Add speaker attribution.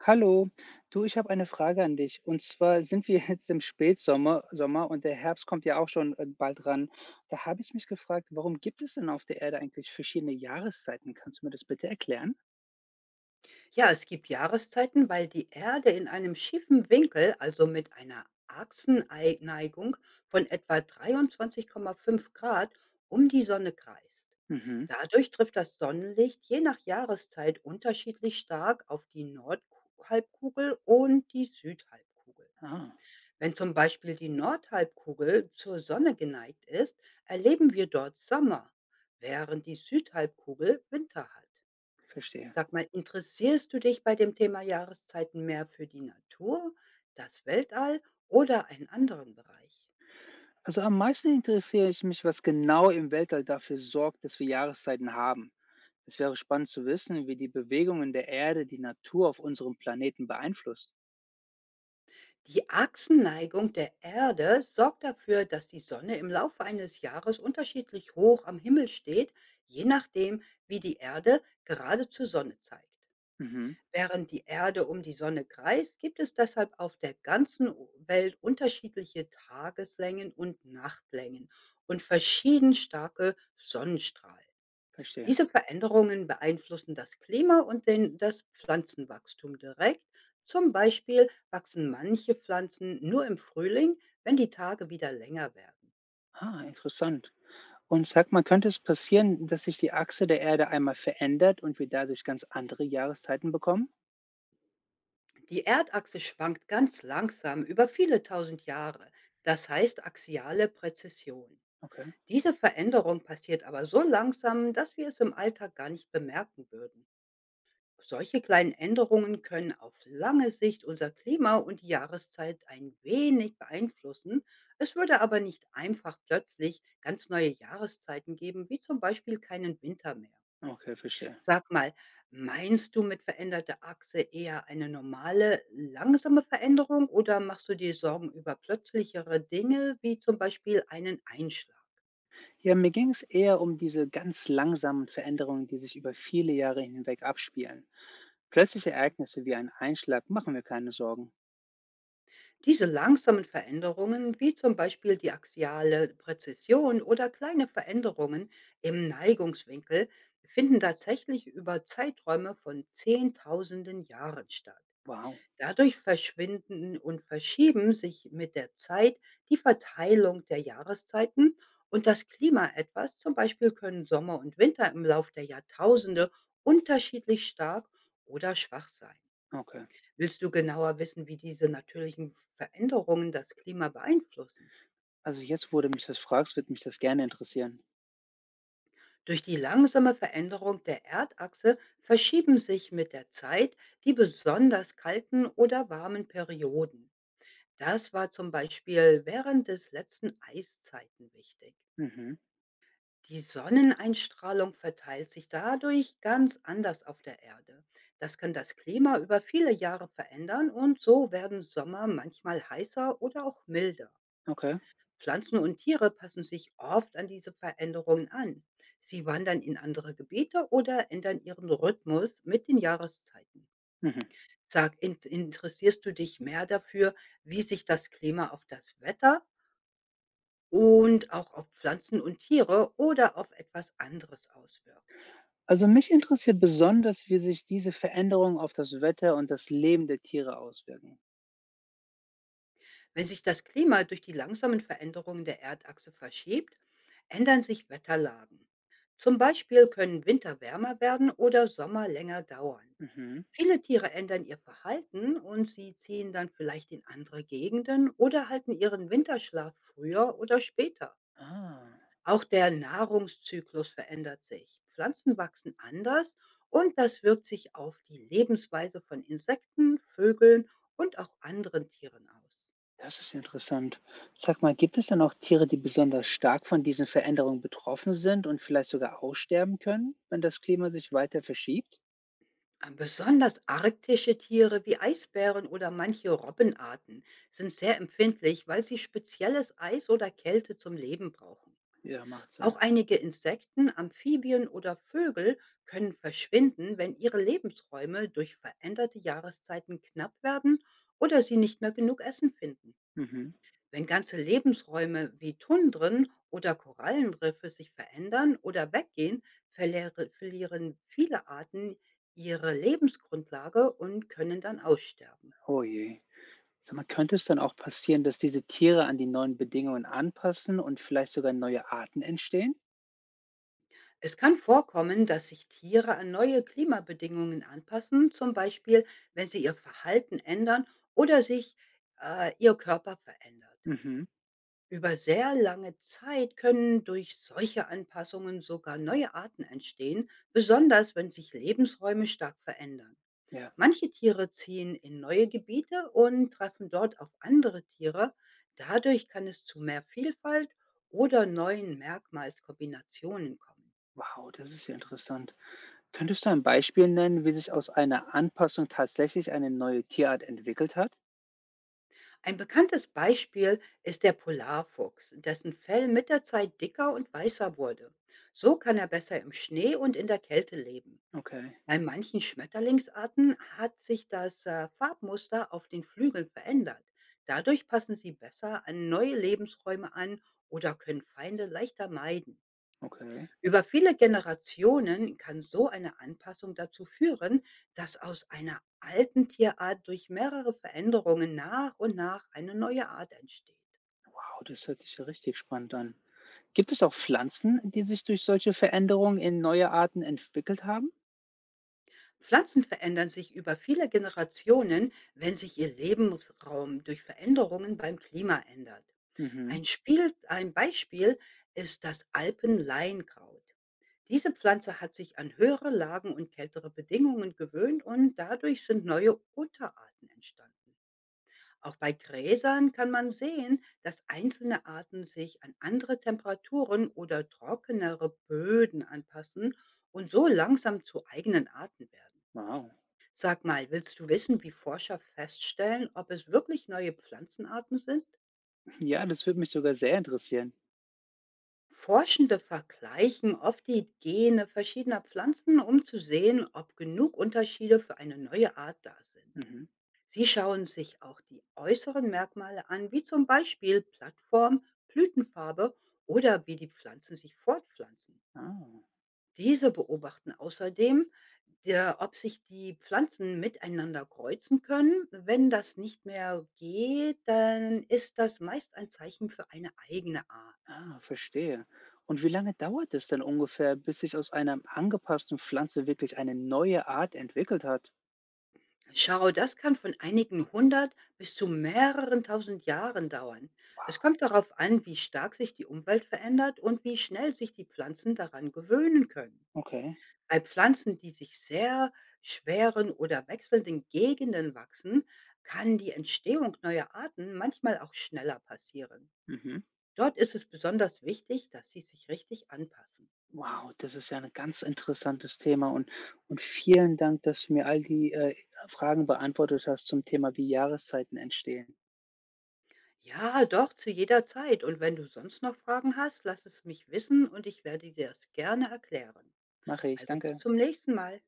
Speaker 1: Hallo, du, ich habe eine Frage an dich. Und zwar sind wir jetzt im Spätsommer Sommer und der Herbst kommt ja auch schon bald ran. Da habe ich mich gefragt, warum gibt es denn auf der Erde eigentlich verschiedene Jahreszeiten? Kannst du mir das bitte erklären?
Speaker 2: Ja, es gibt Jahreszeiten, weil die Erde in einem schiefen Winkel, also mit einer Achsenneigung von etwa 23,5 Grad um die Sonne kreist.
Speaker 1: Mhm.
Speaker 2: Dadurch trifft das Sonnenlicht je nach Jahreszeit unterschiedlich stark auf die Nordhalbkugel und die Südhalbkugel.
Speaker 1: Ah,
Speaker 2: Wenn zum Beispiel die Nordhalbkugel zur Sonne geneigt ist, erleben wir dort Sommer, während die Südhalbkugel Winter hat.
Speaker 1: verstehe.
Speaker 2: Sag mal, interessierst du dich bei dem Thema Jahreszeiten mehr für die Natur, das Weltall oder einen anderen Bereich?
Speaker 1: Also am meisten interessiere ich mich, was genau im Weltall dafür sorgt, dass wir Jahreszeiten haben. Es wäre spannend zu wissen, wie die Bewegungen der Erde die Natur auf unserem Planeten beeinflusst.
Speaker 2: Die Achsenneigung der Erde sorgt dafür, dass die Sonne im Laufe eines Jahres unterschiedlich hoch am Himmel steht, je nachdem, wie die Erde gerade zur Sonne zeigt.
Speaker 1: Mhm.
Speaker 2: Während die Erde um die Sonne kreist, gibt es deshalb auf der ganzen Welt unterschiedliche Tageslängen und Nachtlängen und verschieden starke Sonnenstrahlen.
Speaker 1: Verstehe.
Speaker 2: Diese Veränderungen beeinflussen das Klima und das Pflanzenwachstum direkt. Zum Beispiel wachsen manche Pflanzen nur im Frühling, wenn die Tage wieder länger werden.
Speaker 1: Ah, interessant. Und sag mal, könnte es passieren, dass sich die Achse der Erde einmal verändert und wir dadurch ganz andere Jahreszeiten bekommen?
Speaker 2: Die Erdachse schwankt ganz langsam über viele tausend Jahre. Das heißt axiale Präzession.
Speaker 1: Okay,
Speaker 2: Diese Veränderung passiert aber so langsam, dass wir es im Alltag gar nicht bemerken würden. Solche kleinen Änderungen können auf lange Sicht unser Klima und die Jahreszeit ein wenig beeinflussen. Es würde aber nicht einfach plötzlich ganz neue Jahreszeiten geben, wie zum Beispiel keinen Winter mehr.
Speaker 1: okay, verstehe.
Speaker 2: Sag mal, meinst du mit veränderter Achse eher eine normale, langsame Veränderung oder machst du dir Sorgen über plötzlichere Dinge, wie zum Beispiel einen Einschlag?
Speaker 1: Ja, mir ging es eher um diese ganz langsamen Veränderungen, die sich über viele Jahre hinweg abspielen. Plötzliche Ereignisse wie ein Einschlag machen mir keine Sorgen.
Speaker 2: Diese langsamen Veränderungen, wie zum Beispiel die axiale Präzision oder kleine Veränderungen im Neigungswinkel, finden tatsächlich über Zeiträume von Zehntausenden Jahren statt.
Speaker 1: Wow,
Speaker 2: Dadurch verschwinden und verschieben sich mit der Zeit die Verteilung der Jahreszeiten und das Klima etwas. Zum Beispiel können Sommer und Winter im Lauf der Jahrtausende unterschiedlich stark oder schwach sein.
Speaker 1: okay.
Speaker 2: Willst du genauer wissen, wie diese natürlichen Veränderungen das Klima beeinflussen?
Speaker 1: Also jetzt, wo du mich das fragst, wird mich das gerne interessieren.
Speaker 2: Durch die langsame Veränderung der Erdachse verschieben sich mit der Zeit die besonders kalten oder warmen Perioden. Das war zum Beispiel während des letzten Eiszeiten wichtig.
Speaker 1: Mhm,
Speaker 2: Die Sonneneinstrahlung verteilt sich dadurch ganz anders auf der Erde. Das kann das Klima über viele Jahre verändern und so werden Sommer manchmal heißer oder auch milder.
Speaker 1: okay.
Speaker 2: Pflanzen und Tiere passen sich oft an diese Veränderungen an. Sie wandern in andere Gebiete oder ändern ihren Rhythmus mit den Jahreszeiten.
Speaker 1: Mhm.
Speaker 2: Sag, interessierst du dich mehr dafür, wie sich das Klima auf das Wetter und auch auf Pflanzen und Tiere oder auf etwas anderes auswirkt?
Speaker 1: Also mich interessiert besonders, wie sich diese Veränderungen auf das Wetter und das Leben der Tiere auswirken.
Speaker 2: Wenn sich das Klima durch die langsamen Veränderungen der Erdachse verschiebt, ändern sich Wetterlagen. Zum Beispiel können Winter wärmer werden oder Sommer länger dauern.
Speaker 1: Mhm.
Speaker 2: Viele Tiere ändern ihr Verhalten und sie ziehen dann vielleicht in andere Gegenden oder halten ihren Winterschlaf früher oder später.
Speaker 1: Ah.
Speaker 2: Auch der Nahrungszyklus verändert sich. Pflanzen wachsen anders und das wirkt sich auf die Lebensweise von Insekten, Vögeln und auch anderen Tieren aus.
Speaker 1: Das ist interessant. Sag mal, gibt es denn auch Tiere, die besonders stark von diesen Veränderungen betroffen sind und vielleicht sogar aussterben können, wenn das Klima sich weiter verschiebt?
Speaker 2: Besonders arktische Tiere wie Eisbären oder manche Robbenarten sind sehr empfindlich, weil sie spezielles Eis oder Kälte zum Leben brauchen.
Speaker 1: Ja, macht
Speaker 2: Auch
Speaker 1: Sinn.
Speaker 2: einige Insekten, Amphibien oder Vögel können verschwinden, wenn ihre Lebensräume durch veränderte Jahreszeiten knapp werden oder sie nicht mehr genug Essen finden.
Speaker 1: Mhm.
Speaker 2: Wenn ganze Lebensräume wie Tundren oder Korallenriffe sich verändern oder weggehen, verlieren viele Arten ihre Lebensgrundlage und können dann aussterben.
Speaker 1: Oh je. Sag mal, könnte es dann auch passieren, dass diese Tiere an die neuen Bedingungen anpassen und vielleicht sogar neue Arten entstehen?
Speaker 2: Es kann vorkommen, dass sich Tiere an neue Klimabedingungen anpassen, zum Beispiel wenn sie ihr Verhalten ändern oder sich ihr Körper verändert.
Speaker 1: Mhm.
Speaker 2: Über sehr lange Zeit können durch solche Anpassungen sogar neue Arten entstehen, besonders wenn sich Lebensräume stark verändern.
Speaker 1: Ja.
Speaker 2: Manche Tiere ziehen in neue Gebiete und treffen dort auf andere Tiere. Dadurch kann es zu mehr Vielfalt oder neuen Merkmalskombinationen kommen.
Speaker 1: Wow, das ist ja interessant. Könntest du ein Beispiel nennen, wie sich aus einer Anpassung tatsächlich eine neue Tierart entwickelt hat?
Speaker 2: Ein bekanntes Beispiel ist der Polarfuchs, dessen Fell mit der Zeit dicker und weißer wurde. So kann er besser im Schnee und in der Kälte leben.
Speaker 1: Okay,
Speaker 2: Bei manchen Schmetterlingsarten hat sich das Farbmuster auf den Flügeln verändert. Dadurch passen sie besser an neue Lebensräume an oder können Feinde leichter meiden.
Speaker 1: okay.
Speaker 2: Über viele Generationen kann so eine Anpassung dazu führen, dass aus einer alten Tierart durch mehrere Veränderungen nach und nach eine neue Art entsteht.
Speaker 1: Wow, das hört sich ja richtig spannend an. Gibt es auch Pflanzen, die sich durch solche Veränderungen in neue Arten entwickelt haben?
Speaker 2: Pflanzen verändern sich über viele Generationen, wenn sich ihr Lebensraum durch Veränderungen beim Klima ändert.
Speaker 1: Mhm.
Speaker 2: Ein Beispiel ist das Alpenleinkraut. Diese Pflanze hat sich an höhere Lagen und kältere Bedingungen gewöhnt und dadurch sind neue Unterarten entstanden. Auch bei Gräsern kann man sehen, dass einzelne Arten sich an andere Temperaturen oder trockenere Böden anpassen und so langsam zu eigenen Arten werden.
Speaker 1: Wow.
Speaker 2: Sag mal, willst du wissen, wie Forscher feststellen, ob es wirklich neue Pflanzenarten sind?
Speaker 1: Ja, das würde mich sogar sehr interessieren.
Speaker 2: Forschende vergleichen oft die Gene verschiedener Pflanzen, um zu sehen, ob genug Unterschiede für eine neue Art da sind.
Speaker 1: Mhm.
Speaker 2: Sie schauen sich auch die äußeren Merkmale an, wie zum Beispiel Plattform, Blütenfarbe oder wie die Pflanzen sich fortpflanzen.
Speaker 1: Ah.
Speaker 2: Diese beobachten außerdem, ob sich die Pflanzen miteinander kreuzen können. Wenn das nicht mehr geht, dann ist das meist ein Zeichen für eine eigene Art.
Speaker 1: Ah, verstehe. Und wie lange dauert es denn ungefähr, bis sich aus einer angepassten Pflanze wirklich eine neue Art entwickelt hat?
Speaker 2: Schau, das kann von einigen hundert bis zu mehreren tausend Jahren dauern. Es
Speaker 1: Wow.
Speaker 2: kommt darauf an, wie stark sich die Umwelt verändert und wie schnell sich die Pflanzen daran gewöhnen können.
Speaker 1: Okay.
Speaker 2: Bei Pflanzen, die sich sehr schweren oder wechselnden Gegenden wachsen, kann die Entstehung neuer Arten manchmal auch schneller passieren.
Speaker 1: Mhm.
Speaker 2: Dort ist es besonders wichtig, dass sie sich richtig anpassen.
Speaker 1: Wow, das ist ja ein ganz interessantes Thema und vielen Dank, dass du mir all die Fragen beantwortet hast zum Thema, wie Jahreszeiten entstehen.
Speaker 2: Ja, doch, zu jeder Zeit. Und wenn du sonst noch Fragen hast, lass es mich wissen und ich werde dir das gerne erklären.
Speaker 1: Mache ich,
Speaker 2: Also bis
Speaker 1: danke.
Speaker 2: zum nächsten Mal.